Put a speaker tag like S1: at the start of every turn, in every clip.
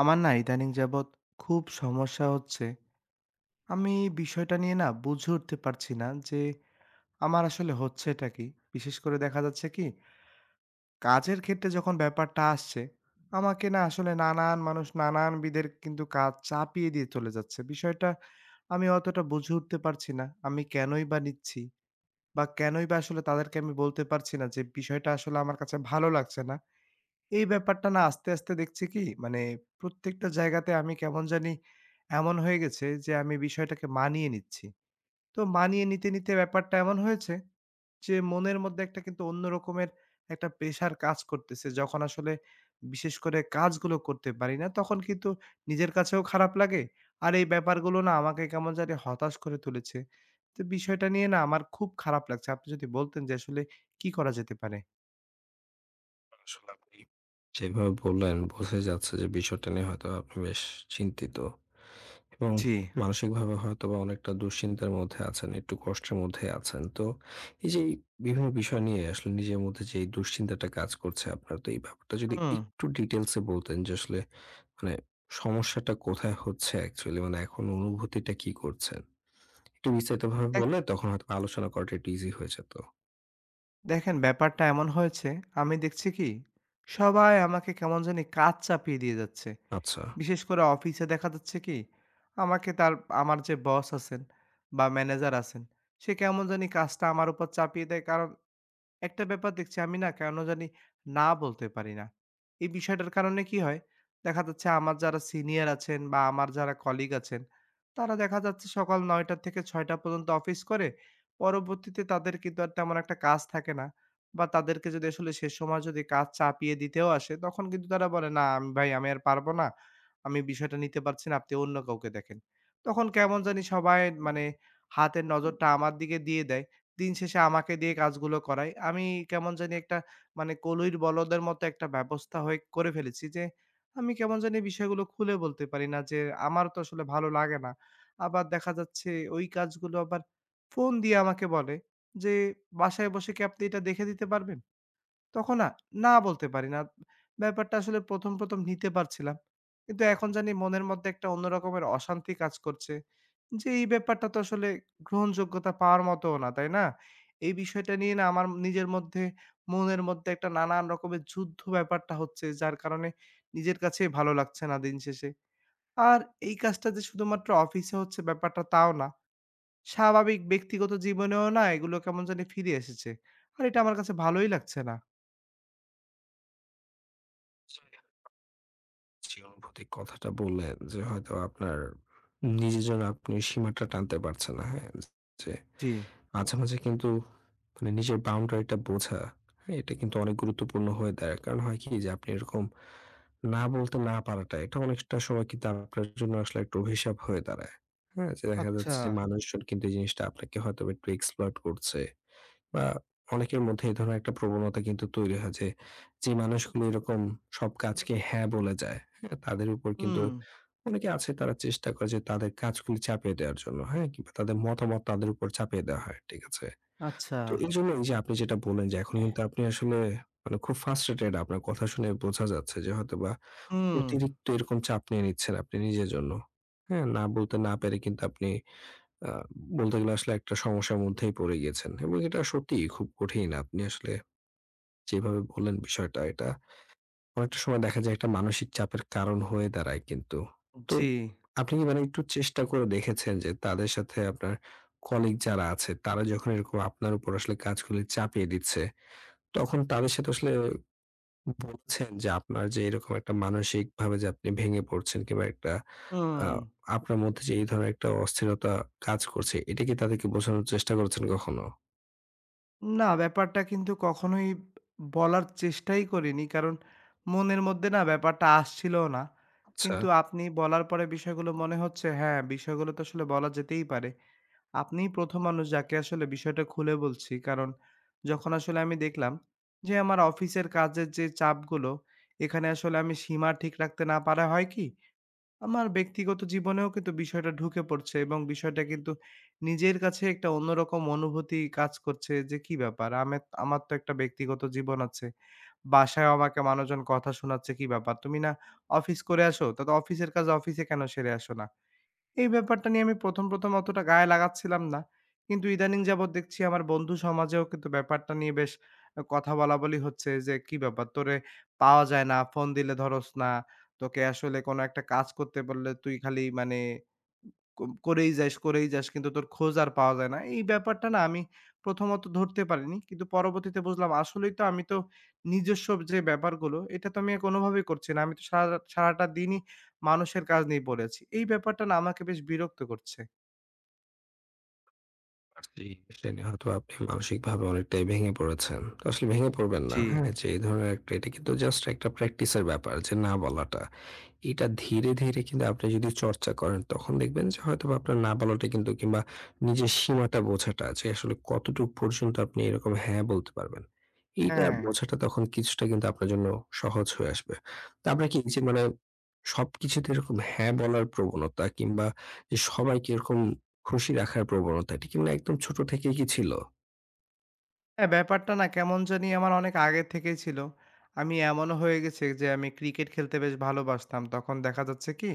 S1: আমার না ইদানিং যাবৎ খুব সমস্যা হচ্ছে। আমি এই বিষয়টা নিয়ে না বুঝে উঠতে পারছি না যে আমার আসলে হচ্ছেটা কি? বিশেষ করে দেখা যাচ্ছে কি কাজের ক্ষেত্রে যখন ব্যাপারটা আসছে, আমাকে না আসলে নানান মানুষ নানানবিধের কিন্তু কাজ চাপিয়ে দিয়ে চলে যাচ্ছে। বিষয়টা আমি অতটা বুঝে উঠতে পারছি না। আমি কেনই বা নিচ্ছি বা কেনই বা আসলে তাদেরকে আমি বলতে পারছি না যে বিষয়টা আসলে আমার কাছে ভালো লাগছে না। এই ব্যাপারটা না আস্তে, আস্তে দেখছি কি মানে প্রত্যেকটা জায়গাতে আমি কেমন জানি এমন হয়ে গেছে যে আমি বিষয়টাকে মানিয়ে নিচ্ছি। তো মানিয়ে নিতে, নিতে ব্যাপারটা এমন হয়েছে যে মনের মধ্যে একটা কিন্তু অন্য রকমের একটা প্রেশার কাজ করতেছে। যখন আসলে বিশেষ করে কাজগুলো করতে পারি না তখন কিন্তু নিজের কাছেও খারাপ লাগে। আর এই ব্যাপারগুলো না আমাকে কেমন জানি হতাশ করে তুলেছে। তো বিষয়টা নিয়ে না আমার খুব খারাপ লাগছে। আপনি যদি বলতেন যে আসলে কি করা যেতে পারে?
S2: আসলে আপনি যেভাবে বললেন বোঝাই যাচ্ছে যে বিষয়টা নিয়ে হয়তোবা আপনি বেশ চিন্তিত এবং
S1: জি।
S2: মানসিকভাবে হয়তোবা অনেকটা দুশ্চিন্তার মধ্যে আছেন, একটু কষ্টের মধ্যে আছেন। তো এই যে এই বিভিন্ন বিষয় নিয়ে আসলে নিজের মধ্যে যে এই দুশ্চিন্তাটা কাজ করছে আপনার, তো এই ব্যাপারটা যদি
S1: হুম।
S2: একটু ডিটেইলস এ বলতেন যে আসলে মানে সমস্যাটা কোথায় হচ্ছে অ্যাকচুয়ালি, মানে এখন অনুভূতিটা কি করছেন? একটু বিস্তারিতভাবে
S1: এ
S2: বললে তখন হয়তো আলোচনা করাটা একটু ইজি হয়ে যেত।
S1: দেখেন ব্যাপারটা এমন হয়েছে আমি দেখছি কি সবাই আমাকে কেমন জানি কাজ চাপিয়ে দিয়ে যাচ্ছে
S2: আচ্ছা।
S1: বিশেষ করে অফিসে দেখা যাচ্ছে কি আমাকে আমার যে বস আছেন বা ম্যানেজার আছেন সে কেমন জানি কাজটা আমার উপর চাপিয়ে দেয় কারণ একটা ব্যাপার দেখছি আমি না কেন জানি না বলতে পারি না। এই বিষয়টার কারণে কি হয়? দেখা যাচ্ছে আমার যারা সিনিয়র আছেন বা আমার যারা কলিগ আছেন, তারা দেখা যাচ্ছে সকাল ৯ঃ০০ থেকে ৬ঃ০০ পর্যন্ত অফিস করে। পরবর্তীতে তাদের কিন্তু আর তেমন একটা কাজ থাকে না। বা তাদেরকে যদি আসলে সে সময় যদি কাজ চাপিয়ে দিতেও আসে, তখন কিন্তু তারা বলে, "না আমি ভাই আমি আর পারব না। আমি বিষয়টা নিতে পারছি না, আপনি অন্য কাউকে দেখেন।" তখন কেমন জানি সবাই মানে হাতের নজরটা আমার দিকে দিয়ে দেয়। দিন শেষে আমাকে দিয়ে কাজগুলো করায়। আমি কেমন জানি একটা মানে কলুইর বলদের মতো একটা ব্যবস্থা হয়ে করে ফেলেছি যে, আমি কেমন জানি বিষয়গুলো খুলে বলতে পারি না যে, আমার তো আসলে ভালো লাগে না। আবার দেখা যাচ্ছে ওই কাজগুলো আবার ফোন দিয়ে আমাকে বলে যে, "বাসায় বসে কি আপনি এটা দেখে দিতে পারবেন?" তখন না, না বলতে পারি না। ব্যাপারটা আসলে ১ম, ১ম নিতে পারছিলাম। কিন্তু এখন জানি মনের মধ্যে একটা অন্য রকমের অশান্তি কাজ করছে। যে এই ব্যাপারটা তো আসলে গ্রহণযোগ্যতা পাওয়ার মতও না, তাই না? এই বিষয়টা নিয়ে না আমার নিজের মধ্যে, মনের মধ্যে একটা নানান রকমের যুদ্ধ ব্যাপারটা হচ্ছে যার কারণে নিজের কাছেই ভালো লাগছে না দিন শেষে। আর এই কাজটা যে শুধুমাত্র অফিসে হচ্ছে ব্যাপারটা তাও না। স্বাভাবিক ব্যক্তিগত জীবনেও না এগুলো কেমন জানি ফিরে এসেছে। আর এটা আমার কাছে ভালোই লাগছে না।
S2: যে অনুভূতির কথাটা বললেন যে হয়তো আপনার নিজের জন্য আপনি সীমাটা টানতে পারছেন না। হ্যাঁ? যে
S1: জি।
S2: মাঝে, মাঝে কিন্তু মানে নিজের বাউন্ডারিটা বোঝা, হ্যাঁ? এটা কিন্তু অনেক গুরুত্বপূর্ণ হয়ে দাঁড়ায়। কারণ হয় কি যে আপনি এরকম না বলতে না পারাটা, এটা অনেকটা সময় কিন্তু আপনার জন্য আসলে একটা অভিশাপ হয়ে দাঁড়ায়। হ্যাঁ? যে দেখা
S1: আচ্ছা।
S2: যাচ্ছে যে মানুষজন কিন্তু এই জিনিসটা আপনাকে হয়তোবা একটু exploit করছে, বা অনেকের মধ্যে এই ধরনের একটা প্রবণতা কিন্তু তৈরি হয় যে, যে মানুষগুলো এরকম সব কাজকে হ্যাঁ বলে যায়, হ্যাঁ? তাদের উপর কিন্তু
S1: হুম,
S2: অনেকে আছে তারা চেষ্টা করে যে তাদের কাজগুলি চাপিয়ে দেওয়ার জন্য, হ্যাঁ? কিংবা তাদের মতামত তাদের উপর চাপিয়ে দেওয়া হয়, ঠিক আছে?
S1: আচ্ছা।
S2: তো এইজন্য এইযে আপনি যেটা বললেন যে এখন কিন্তু আপনি আসলে মানে খুব frustrated, আপনার কথা শুনে বোঝা যাচ্ছে যে হয়তোবা
S1: হুম।
S2: অতিরিক্ত এরকম চাপ নিয়ে নিচ্ছেন আপনি নিজের জন্য। হ্যাঁ? না বলতে না পেরে কিন্তু আপনি আ বলতে গেলে আসলে একটা সমস্যার মধ্যেই পড়ে গিয়েছেন, এবং এটা সত্যিই খুব কঠিন। আপনি আসলে যেভাবে বললেন বিষয়টা, এটা অনেকটা সময় দেখা যায় একটা মানসিক চাপের কারণ হয়ে দাঁড়ায় কিন্তু। তো
S1: জি।
S2: আপনি কি মানে একটু চেষ্টা করে দেখেছেন যে তাদের সাথে আপনার কলিগ যারা আছে তারা যখন এরকম আপনার উপর আসলে কাজগুলি চাপিয়ে দিচ্ছে, তখন তাদের সাথে আসলে বলছেন যে আপনার যে এরকম একটা মানসিকভাবে যে আপনি ভেঙে পড়ছেন কিংবা একটা আ
S1: হুম।
S2: আপনার মধ্যে যে এই ধরনের একটা অস্থিরতা কাজ করছে, এটা কি তাদেরকে বোঝানোর চেষ্টা করেছেন কখনো?
S1: না ব্যাপারটা কিন্তু কখনোই বলার চেষ্টাই করিনি। কারণ মনের মধ্যে না ব্যাপারটা আসছিলও না।
S2: আচ্ছা।
S1: কিন্তু আপনি বলার পরে বিষয়গুলো মনে হচ্ছে হ্যাঁ, বিষয়গুলো তো আসলে বলা যেতেই পারে। আপনিই ১ম মানুষ যাকে আসলে বিষয়টা খুলে বলছি। কারণ যখন আসলে আমি দেখলাম যে আমার অফিসের কাজের যে চাপগুলো, এখানে আসলে আমি সীমা ঠিক রাখতে না পারা হয় কি আমার ব্যক্তিগত জীবনেও কিন্তু বিষয়টা ঢুকে পড়ছে এবং বিষয়টা কিন্তু নিজের কাছে একটা অন্যরকম অনুভূতি কাজ করছে যে কি ব্যাপার আমি আমার তো একটা ব্যক্তিগত জীবন আছে। বাসায় আমাকে মানুষজন কথা শোনাচ্ছে কি ব্যাপার? তুমি না অফিস করে আসো, তা তো অফিসের কাজ অফিসে কেন সেরে আসো না? এই ব্যাপারটা নিয়ে আমি ১ম, ১ম অতটা গায়ে লাগাচ্ছিলাম না। কিন্তু ইদানিং যাবৎ দেখছি আমার বন্ধু সমাজেও কিন্তু ব্যাপারটা নিয়ে বেশ কথা বলাবলি হচ্ছে যে, "কি ব্যাপার তোরে পাওয়া যায় না, ফোন দিলে ধরস না, তোকে আসলে কোনো একটা কাজ করতে বললে তুই খালি মানে কম করেই যাস, করেই যাস কিন্তু তোর খোঁজ আর পাওয়া যায় না। এই ব্যাপারটা না আমি প্রথমত ধরতে পারিনি। কিন্তু পরবর্তীতে বুঝলাম আসলেই তো আমি তো নিজস্ব যে ব্যাপারগুলো এটা তো আমি কোনোভাবেই করছি না। আমি তো সারা সারাটা দিনই মানুষের কাজ নিয়ে পড়ে আছি। এই ব্যাপারটা না আমাকে বেশ বিরক্ত করছে।
S2: জি, এটা নিয়ে হয়তো আপনি মানসিকভাবে অনেকটাই ভেঙে পড়েছেন। তো আসলে ভেঙে পড়বেন না।
S1: জি।
S2: হ্যাঁ? যে এই ধরনের একটা, এটা কিন্তু জাস্ট একটা প্র্যাকটিসের ব্যাপার যে না বলাটা। এটা ধীরে, ধীরে কিন্তু আপনি যদি চর্চা করেন তখন দেখবেন যে হয়তোবা আপনার না বলাটা কিন্তু কিংবা নিজের সীমাটা বোঝাটা যে আসলে কতটুক পর্যন্ত আপনি এরকম হ্যাঁ বলতে পারবেন। এইটা
S1: হ্যাঁ,
S2: বোঝাটা তখন কিছুটা কিন্তু আপনার জন্য সহজ হয়ে আসবে। তো আপনার কি এই যে মানে সবকিছুতে এরকম হ্যাঁ বলার প্রবণতা কিংবা যে সবাইকে এরকম খুশি রাখার প্রবণতা, এটা কি মানে একদম ছোট থেকেই কি ছিল?
S1: হ্যাঁ, ব্যাপারটা না কেমন জানি আমার অনেক আগে থেকেই ছিল। আমি এমনও হয়ে গেছে যে আমি ক্রিকেট খেলতে বেশ ভালোবাসতাম। তখন দেখা যাচ্ছে কি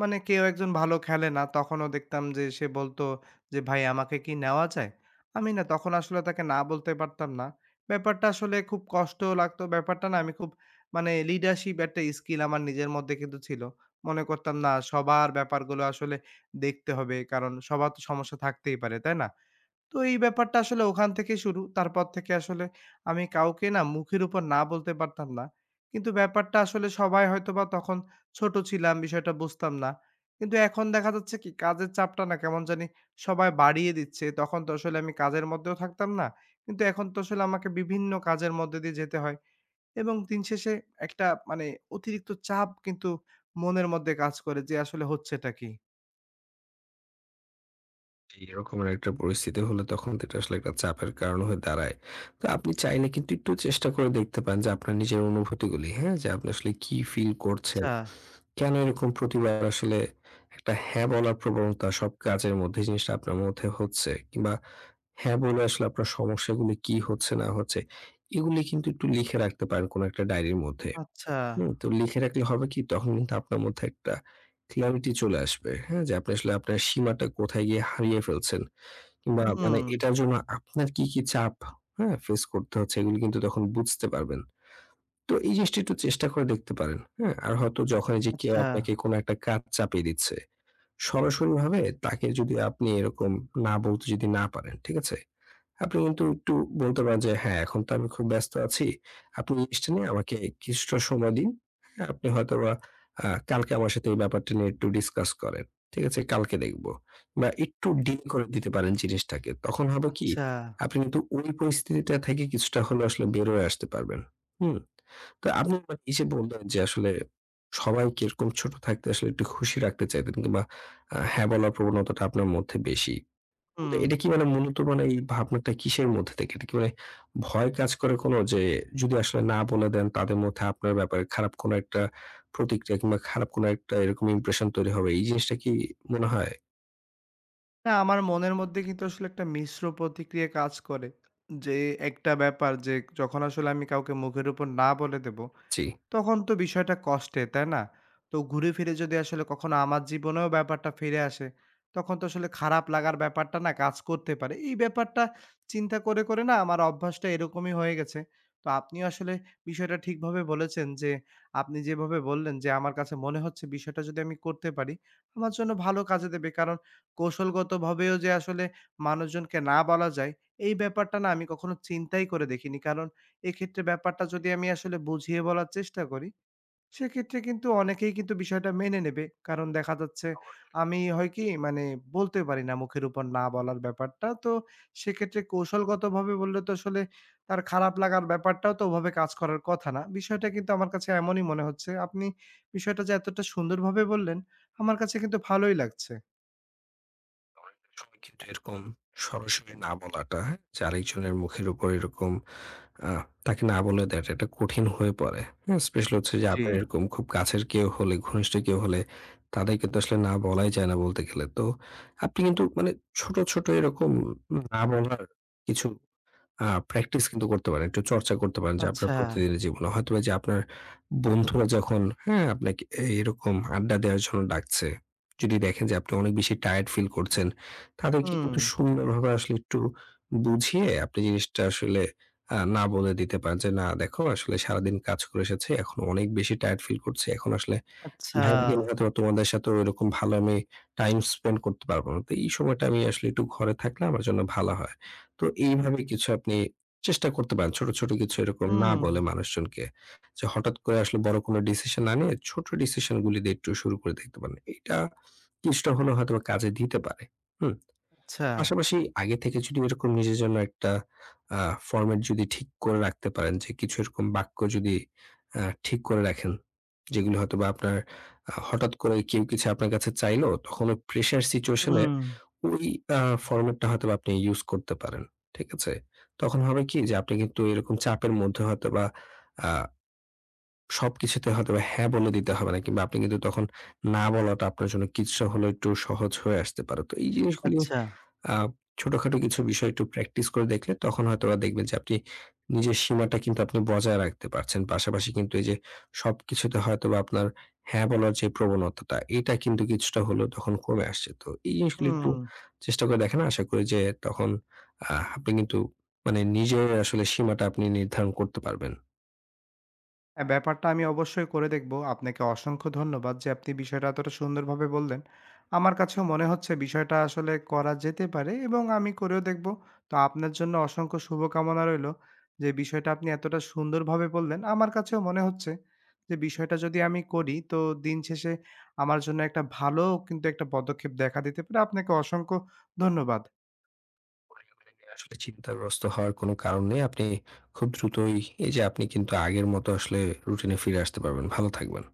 S1: মানে কেউ একজন ভালো খেলে না, তখনও দেখতাম যে সে বলতো যে, "ভাই আমাকে কি নেওয়া যায়?" আমি না তখন আসলে তাকে না বলতে পারতাম না। ব্যাপারটা আসলে খুব কষ্টও লাগতো। ব্যাপারটা না আমি খুব মানে লিডারশিপ একটা স্কিল আমার নিজের মধ্যে কিন্তু ছিল। মনে করতাম না সবার ব্যাপারগুলো আসলে দেখতে হবে। কারণ সবার তো সমস্যা থাকতেই পারে, তাই না? তো এই ব্যাপারটা আসলে ওখান থেকে শুরু। তারপর থেকে আসলে আমি কাউকে না মুখের উপর না বলতে পারতাম না। কিন্তু ব্যাপারটা আসলে সবাই হয়তোবা তখন ছোট ছিলাম, বিষয়টা বুঝতাম না। কিন্তু এখন দেখা যাচ্ছে কি কাজের চাপটা না কেমন জানি সবাই বাড়িয়ে দিচ্ছে। তখন তো আসলে আমি কাজের মধ্যেও থাকতাম না। কিন্তু এখন তো আসলে আমাকে বিভিন্ন কাজের মধ্যে দিয়ে যেতে হয় এবং দিন শেষে একটা মানে অতিরিক্ত চাপ কিন্তু মনের মধ্যে কাজ করে যে আসলে হচ্ছেটা কি?
S2: এরকমের একটা পরিস্থিতি হলে তখন তো এটা আসলে একটা চাপের কারণ হয়ে দাঁড়ায়। তো আপনি চাইলে কিন্তু একটু চেষ্টা করে দেখতে পারেন যে আপনার নিজের অনুভূতিগুলি, হ্যাঁ? যে আপনি আসলে কি ফিল করছেন?
S1: আচ্ছা,
S2: কেন এরকম প্রতিবার আসলে একটা হ্যাঁ বলার প্রবণতা সব কাজের মধ্যে জিনিসটা আপনার মধ্যে হচ্ছে, কিংবা হ্যাঁ বলে আসলে আপনার সমস্যাগুলি কি হচ্ছে না হচ্ছে, এগুলি কিন্তু একটু লিখে রাখতে পারেন কোনো একটা ডায়েরির মধ্যে।
S1: আচ্ছা।
S2: হুম, তো লিখে রাখলে হবে কি, তখন কিন্তু আপনার মধ্যে একটা ক্ল্যারিটি চলে আসবে। হ্যাঁ? যে আপনি আসলে আপনার সীমাটা কোথায় গিয়ে হারিয়ে ফেলছেন, কিংবা
S1: হুম।
S2: মানে এটার জন্য আপনার কি, কি চাপ, হ্যাঁ? ফেস করতে হচ্ছে, এগুলো কিন্তু তখন বুঝতে পারবেন। তো এই জিনিসটা একটু চেষ্টা করে দেখতে পারেন। হ্যাঁ? আর হয়তো যখন এই যে কেউ
S1: আচ্ছা,
S2: আপনাকে কোনো একটা কাজ চাপিয়ে দিচ্ছে, সরাসরিভাবে তাকে যদি আপনি এরকম না বলতে যদি না পারেন, ঠিক আছে? আপনি কিন্তু একটু বলতে পারেন যে, "হ্যাঁ, এখন তো আমি খুব ব্যস্ত আছি। আপনি জিনিসটা নিয়ে আমাকে কিছুটা সময় দিন। হ্যাঁ, আপনি হয়তোবা আ কালকে আমার সাথে এই ব্যাপারটা নিয়ে একটু ডিসকাস করেন। ঠিক আছে? কালকে দেখব।" বা একটু ডিলে করে দিতে পারেন জিনিসটাকে। তখন হবে কি?
S1: আচ্ছা।
S2: আপনি কিন্তু ওই পরিস্থিতিটা থেকে কিছুটা হলেও আসলে বের হয়ে আসতে পারবেন। হুম? তো আপনি মানে এই যে বললেন যে আসলে সবাইকে এরকম ছোট থাকতে আসলে একটু খুশি রাখতে চাইতেন কিংবা হ্যাঁ বলার প্রবণতাটা আপনার মধ্যে বেশি। তো
S1: হুম।
S2: এটা কি মানে মূলত, মানে এই ভাবনাটা কিসের মধ্যে থেকে? এটা কি মানে ভয় কাজ করে কোনো? যে যদি আসলে না বলে দেন তাদের মধ্যে আপনার ব্যাপারে খারাপ কোনো একটা প্রতিক্রিয়া কিংবা খারাপ কোনো একটা এরকম ইমপ্রেশন তৈরি হবে। এই জিনিসটা কি মনে হয়?
S1: না আমার মনের মধ্যে কিন্তু আসলে একটা মিশ্র প্রতিক্রিয়া কাজ করে। যে একটা ব্যাপার যে যখন আসলে আমি কাউকে মুখের উপর না বলে দেব
S2: জি।
S1: তখন তো বিষয়টা কষ্টের, তাই না? তো ঘুরে ফিরে যদি আসলে কখনো আমার জীবনেও ব্যাপারটা ফিরে আসে, তখন তো আসলে খারাপ লাগার ব্যাপারটা না কাজ করতে পারে। এই ব্যাপারটা চিন্তা করে, করে না আমার অভ্যাসটা এরকমই হয়ে গেছে। তো আপনিও আসলে বিষয়টা ঠিকভাবে বলেছেন যে, আপনি যেভাবে বললেন যে, আমার কাছে মনে হচ্ছে বিষয়টা যদি আমি করতে পারি, আমার জন্য ভালো কাজে দেবে। কারণ কৌশলগতভাবেও যে আসলে মানুষজনকে না বলা যায়, এই ব্যাপারটা না আমি কখনো চিন্তাই করে দেখিনি। কারণ এক্ষেত্রে ব্যাপারটা যদি আমি আসলে বুঝিয়ে বলার চেষ্টা করি, সেক্ষেত্রে কিন্তু অনেকেই কিন্তু বিষয়টা মেনে নেবে। কারণ দেখা যাচ্ছে আমি হয় কি মানে বলতে পারি না মুখের উপর না বলার ব্যাপারটা। তো সেক্ষেত্রে কৌশলগতভাবে বললে তো আসলে তার খারাপ লাগার ব্যাপারটাও তো ওভাবে কাজ করার কথা না। বিষয়টা কিন্তু আমার কাছে এমনই মনে হচ্ছে। আপনি বিষয়টা যে এতটা সুন্দরভাবে বললেন, আমার কাছে কিন্তু ভালোই লাগছে।
S2: অনেক সময় কিন্তু এরকম সরাসরি না বলাটা, হ্যাঁ? যে আরেকজনের মুখের উপর এরকম আ তাকে না বলে দেয়াটা, এটা কঠিন হয়ে পড়ে। হ্যাঁ? স্পেশালি হচ্ছে যে
S1: জি।
S2: আপনার এরকম খুব কাছের কেউ হলে, ঘনিষ্ঠ কেউ হলে তাদের কিন্তু আসলে না বলাই যায় না বলতে গেলে। তো আপনি কিন্তু মানে ছোট, ছোট এরকম না বলার কিছু আ প্র্যাকটিস কিন্তু করতে পারেন। একটু চর্চা করতে পারেন যে আপনার
S1: আচ্ছা।
S2: প্রতিদিনের জীবনে। হয়তোবা যে আপনার বন্ধুরা যখন, হ্যাঁ, আপনাকে এরকম আড্ডা দেওয়ার জন্য ডাকছে, যদি দেখেন যে আপনি অনেক বেশি টায়ার্ড ফিল করছেন, তাদেরকে
S1: হুম,
S2: কিন্তু সুন্দরভাবে আসলে একটু বুঝিয়ে আপনি জিনিসটা আসলে না বলে দিতে পারেন যে, "না দেখো, আসলে সারাদিন কাজ করে এসেছি। এখন অনেক বেশি টায়ার্ড ফিল করছি। এখন আসলে
S1: আচ্ছা।
S2: ভাইয়াকে হয়তো তোমাদের সাথে ওইরকম ভালো আমি টাইম স্পেন্ড করতে পারবো না। তো এই সময়টা আমি আসলে একটু ঘরে থাকলে আমার জন্য ভালো হয়।" তো এইভাবে কিছু আপনি চেষ্টা করতে পারেন। ছোট, ছোট কিছু এরকম না
S1: হুম,
S2: বলে মানুষজনকে। যে হঠাৎ করে আসলে বড় কোনো ডিসিশন না নিয়ে ছোট ডিসিশন গুলি দিয়ে একটু শুরু করে দেখতে পারেন। এটা কিছুটা হলেও হয়তোবা কাজে দিতে পারে। হুম?
S1: আচ্ছা।
S2: পাশাপাশি আগে থেকে যদি এরকম নিজের জন্য একটা আ ফরমেট যদি ঠিক করে রাখতে পারেন, যে কিছু এরকম বাক্য যদি ঠিক করে রাখেন, যেগুলো হয়তোবা আপনার, হঠাৎ করে কেউ কিছু আপনার কাছে চাইলো, তখন ওই প্রেশার সিচুয়েশন এ
S1: হুম,
S2: ওই আ ফরমেটটা হয়তোবা আপনি ইউস করতে পারেন। ঠিক আছে? তখন হবে কি, যে আপনি কিন্তু এরকম চাপের মধ্যে হয়তোবা আ সবকিছুতে হয়তোবা হ্যাঁ বলে দিতে হবে না, কিংবা আপনি কিন্তু তখন না বলাটা আপনার জন্য কিছুটা হলেও একটু সহজ হয়ে আসতে পারে। তো এই জিনিসগুলি,
S1: আচ্ছা।
S2: আ ছোটখাটো কিছু বিষয় একটু প্র্যাকটিস করে দেখলে তখন হয়তোবা দেখবেন যে আপনি নিজের সীমাটা কিন্তু আপনি বজায় রাখতে পারছেন। পাশাপাশি কিন্তু এই যে সবকিছুতে হয়তোবা আপনার হ্যাঁ বলার যে প্রবণতাটা, এটা কিন্তু কিছুটা হলেও তখন কমে আসছে। তো এই জিনিসগুলো একটু
S1: হুম।
S2: চেষ্টা করে দেখেন। আশা করি যে তখন আপনি কিন্তু মানে নিজের আসলে সীমাটা আপনি নির্ধারণ করতে পারবেন।
S1: হ্যাঁ, ব্যাপারটা আমি অবশ্যই করে দেখব। আপনাকে অসংখ্য ধন্যবাদ যে আপনি বিষয়টা এতটা সুন্দরভাবে বললেন। আমার কাছেও মনে হচ্ছে বিষয়টা আসলে করা যেতে পারে এবং আমি করেও দেখব। তো আপনার জন্য অসংখ্য শুভকামনা রইলো যে বিষয়টা আপনি এতটা সুন্দরভাবে বললেন। আমার কাছেও মনে হচ্ছে যে বিষয়টা যদি আমি করি তো দিন শেষে আমার জন্য একটা ভালো কিন্তু একটা পদক্ষেপ দেখা দিতে পারে। আপনাকে অসংখ্য ধন্যবাদ।
S2: আসলে চিন্তাগ্রস্ত হওয়ার কোনো কারণ নেই। আপনি খুব দ্রুতই এই যে আপনি কিন্তু আগের মতো আসলে রুটিনে ফিরে আসতে পারবেন। ভালো থাকবেন।